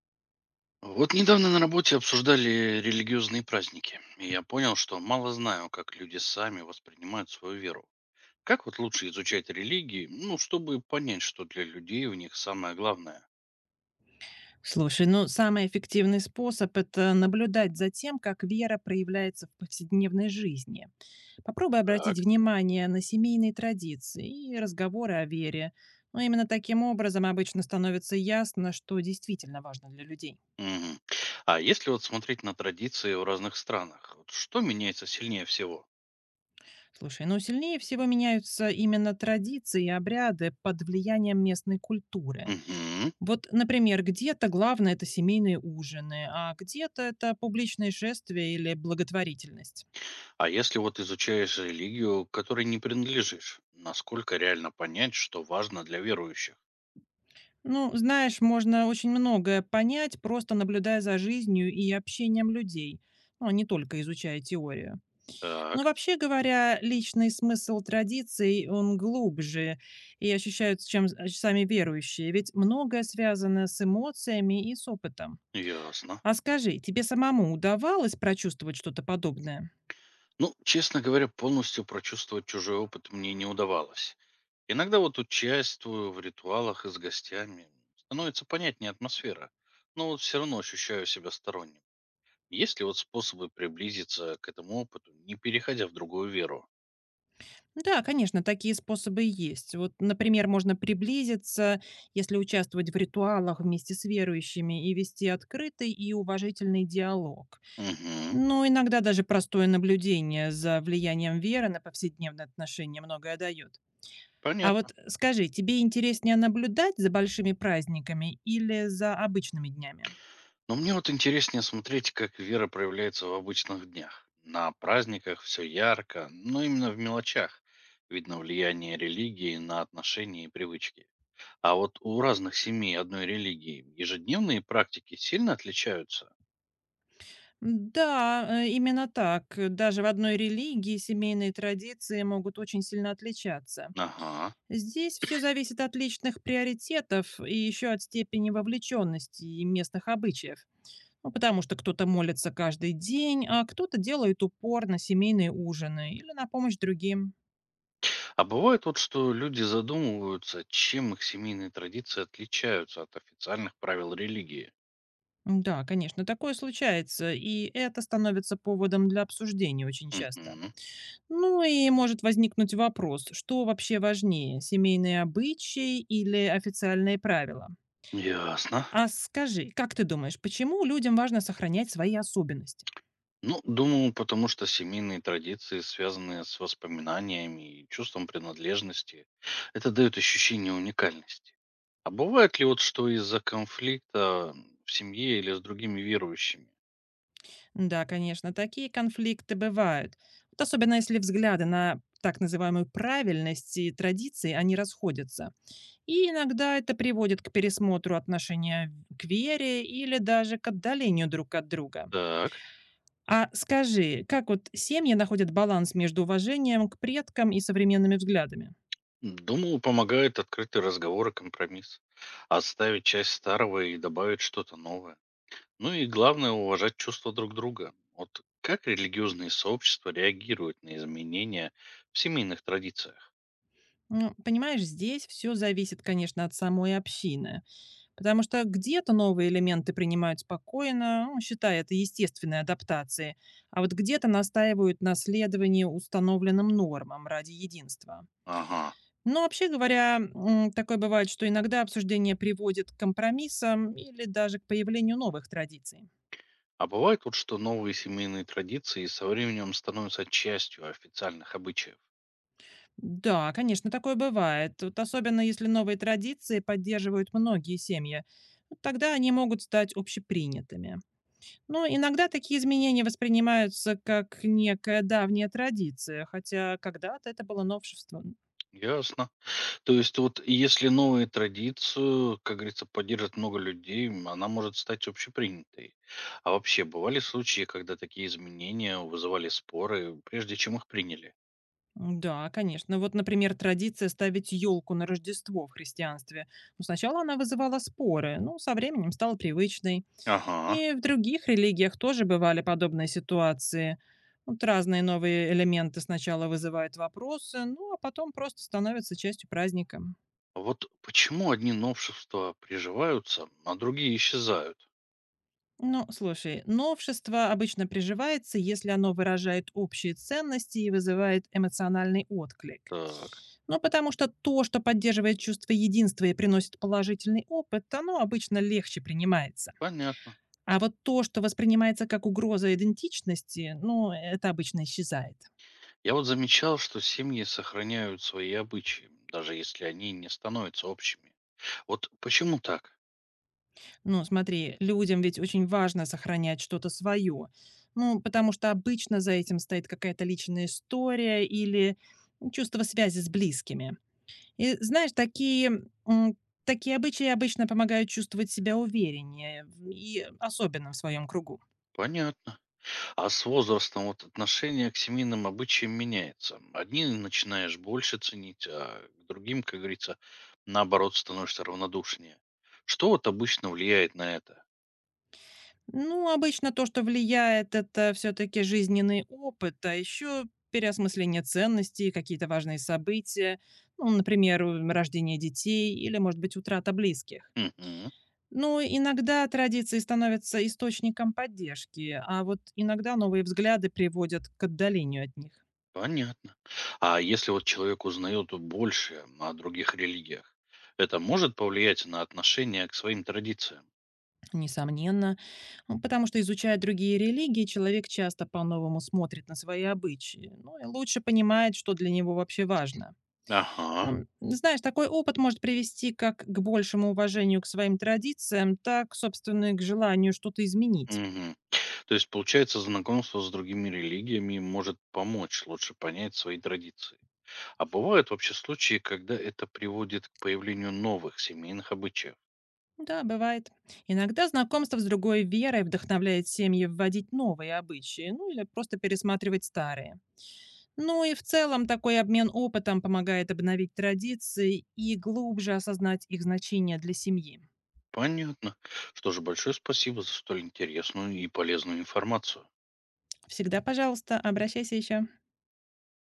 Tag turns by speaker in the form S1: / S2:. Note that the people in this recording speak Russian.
S1: Вот недавно на работе обсуждали религиозные праздники, и я понял, что мало знаю, как люди сами воспринимают свою веру. Как вот лучше изучать религии, ну, чтобы понять, что для людей в них самое главное?
S2: Слушай, ну самый эффективный способ — это наблюдать за тем, как вера проявляется в повседневной жизни. Попробуй
S1: Так.
S2: обратить внимание на семейные традиции и разговоры о вере. Но именно таким образом обычно становится ясно, что действительно важно для людей.
S1: Мгм. А если вот смотреть на традиции в разных странах, вот что меняется сильнее всего?
S2: Слушай, ну сильнее всего меняются именно традиции и обряды под влиянием местной культуры.
S1: Мгм.
S2: Вот, например, где-то главное — это семейные ужины, а где-то это публичные шествия или благотворительность.
S1: А если вот изучаешь религию, к которой не принадлежишь, насколько реально понять, что важно для верующих?
S2: Ну, знаешь, можно очень многое понять, просто наблюдая за жизнью и общением людей, ну, а не только изучая теорию. Но
S1: Так,
S2: вообще говоря, личный смысл традиций, он глубже и ощущают, чем сами верующие, ведь многое связано с эмоциями и с опытом.
S1: ясно.
S2: А скажи, тебе самому удавалось прочувствовать что-то подобное?
S1: Ну, честно говоря, полностью прочувствовать чужой опыт мне не удавалось. Иногда вот участвую в ритуалах и с гостями. Становится понятнее атмосфера, но вот все равно ощущаю себя сторонним. Есть ли вот способы приблизиться к этому опыту, не переходя в другую веру?
S2: Да, конечно, такие способы и есть. Вот, например, можно приблизиться, если участвовать в ритуалах вместе с верующими и вести открытый и уважительный диалог.
S1: Угу,
S2: Но иногда даже простое наблюдение за влиянием веры на повседневные отношения многое дает. А
S1: понятно.
S2: вот скажи, тебе интереснее наблюдать за большими праздниками или за обычными днями?
S1: Но мне вот интереснее смотреть, как вера проявляется в обычных днях. На праздниках все ярко, но именно в мелочах видно влияние религии на отношения и привычки. А вот у разных семей одной религии ежедневные практики сильно отличаются.
S2: Да, именно так. Даже в одной религии семейные традиции могут очень сильно отличаться.
S1: Ага.
S2: Здесь все зависит от личных приоритетов и еще от степени вовлеченности и местных обычаев. Ну, потому что кто-то молится каждый день, а кто-то делает упор на семейные ужины или на помощь другим.
S1: А бывает вот, что люди задумываются, чем их семейные традиции отличаются от официальных правил религии.
S2: Да, конечно, такое случается, и это становится поводом для обсуждений очень часто.
S1: Мгм.
S2: Ну и может возникнуть вопрос, что вообще важнее, семейные обычаи или официальные правила?
S1: Ясно.
S2: А скажи, как ты думаешь, почему людям важно сохранять свои особенности?
S1: Ну, думаю, потому что семейные традиции связаны с воспоминаниями и чувством принадлежности. Это дает ощущение уникальности. А бывает ли вот, что из-за конфликта в семье или с другими верующими?
S2: Да, конечно, такие конфликты бывают. Вот особенно если взгляды на так называемую правильность и традиции, они расходятся. И иногда это приводит к пересмотру отношения к вере или даже к отдалению друг от друга.
S1: Так.
S2: А скажи, как вот семьи находят баланс между уважением к предкам и современными взглядами?
S1: Думаю, помогает открытый разговор и компромисс. Отставить часть старого и добавить что-то новое. Ну и главное, уважать чувства друг друга. Вот как религиозные сообщества реагируют на изменения в семейных традициях?
S2: Ну, понимаешь, здесь все зависит, конечно, от самой общины. Потому что где-то новые элементы принимают спокойно, ну, считая это естественной адаптацией, а вот где-то настаивают на следовании установленным нормам ради единства.
S1: Ага.
S2: Но вообще говоря, такое бывает, что иногда обсуждение приводит к компромиссам или даже к появлению новых традиций.
S1: А бывает вот, что новые семейные традиции со временем становятся частью официальных обычаев.
S2: Да, конечно, такое бывает. Вот особенно если новые традиции поддерживают многие семьи, тогда они могут стать общепринятыми. Ну, иногда такие изменения воспринимаются как некая давняя традиция, хотя когда-то это было новшеством.
S1: Ясно. То есть вот если новую традицию, как говорится, поддержит много людей, она может стать общепринятой. А вообще, бывали случаи, когда такие изменения вызывали споры, прежде чем их приняли?
S2: Да, конечно. Вот, например, традиция ставить елку на Рождество в христианстве. Ну, сначала она вызывала споры, но со временем стала привычной.
S1: Ага.
S2: И в других религиях тоже бывали подобные ситуации. Вот разные новые элементы сначала вызывают вопросы, ну а потом просто становятся частью праздника.
S1: Вот почему одни новшества приживаются, а другие исчезают?
S2: Ну, слушай, новшество обычно приживается, если оно выражает общие ценности и вызывает эмоциональный отклик.
S1: Так,
S2: Ну, потому что то, что поддерживает чувство единства и приносит положительный опыт, оно обычно легче принимается.
S1: понятно.
S2: А вот то, что воспринимается как угроза идентичности, ну, это обычно исчезает.
S1: Я вот замечал, что семьи сохраняют свои обычаи, даже если они не становятся общими. Вот почему так?
S2: Ну, смотри, людям ведь очень важно сохранять что-то свое. Ну, потому что обычно за этим стоит какая-то личная история или чувство связи с близкими. И знаешь, такие обычаи обычно помогают чувствовать себя увереннее, и особенно в своем кругу.
S1: Понятно. А с возрастом вот отношение к семейным обычаям меняется. Одни начинаешь больше ценить, а к другим, как говорится, наоборот, становишься равнодушнее. Что вот обычно влияет на это?
S2: Ну, обычно то, что влияет, это все-таки жизненный опыт, а еще переосмысление ценностей, какие-то важные события, ну, например, рождение детей или, может быть, утрата близких.
S1: Мгм,
S2: Ну, иногда традиции становятся источником поддержки, а вот иногда новые взгляды приводят к отдалению от них.
S1: понятно. А если вот человек узнает больше о других религиях, это может повлиять на отношение к своим традициям?
S2: Несомненно, потому что, изучая другие религии, человек часто по-новому смотрит на свои обычаи, ну и лучше понимает, что для него вообще важно.
S1: Ага.
S2: Знаешь, такой опыт может привести как к большему уважению к своим традициям, так, собственно, и к желанию что-то изменить.
S1: Мгм. То есть, получается, знакомство с другими религиями может помочь лучше понять свои традиции. А бывают вообще случаи, когда это приводит к появлению новых семейных обычаев.
S2: Да, бывает. Иногда знакомство с другой верой вдохновляет семьи вводить новые обычаи, ну или просто пересматривать старые. Ну и в целом такой обмен опытом помогает обновить традиции и глубже осознать их значение для семьи.
S1: Понятно. Что же, большое спасибо за столь интересную и полезную информацию.
S2: Всегда, пожалуйста, обращайся еще.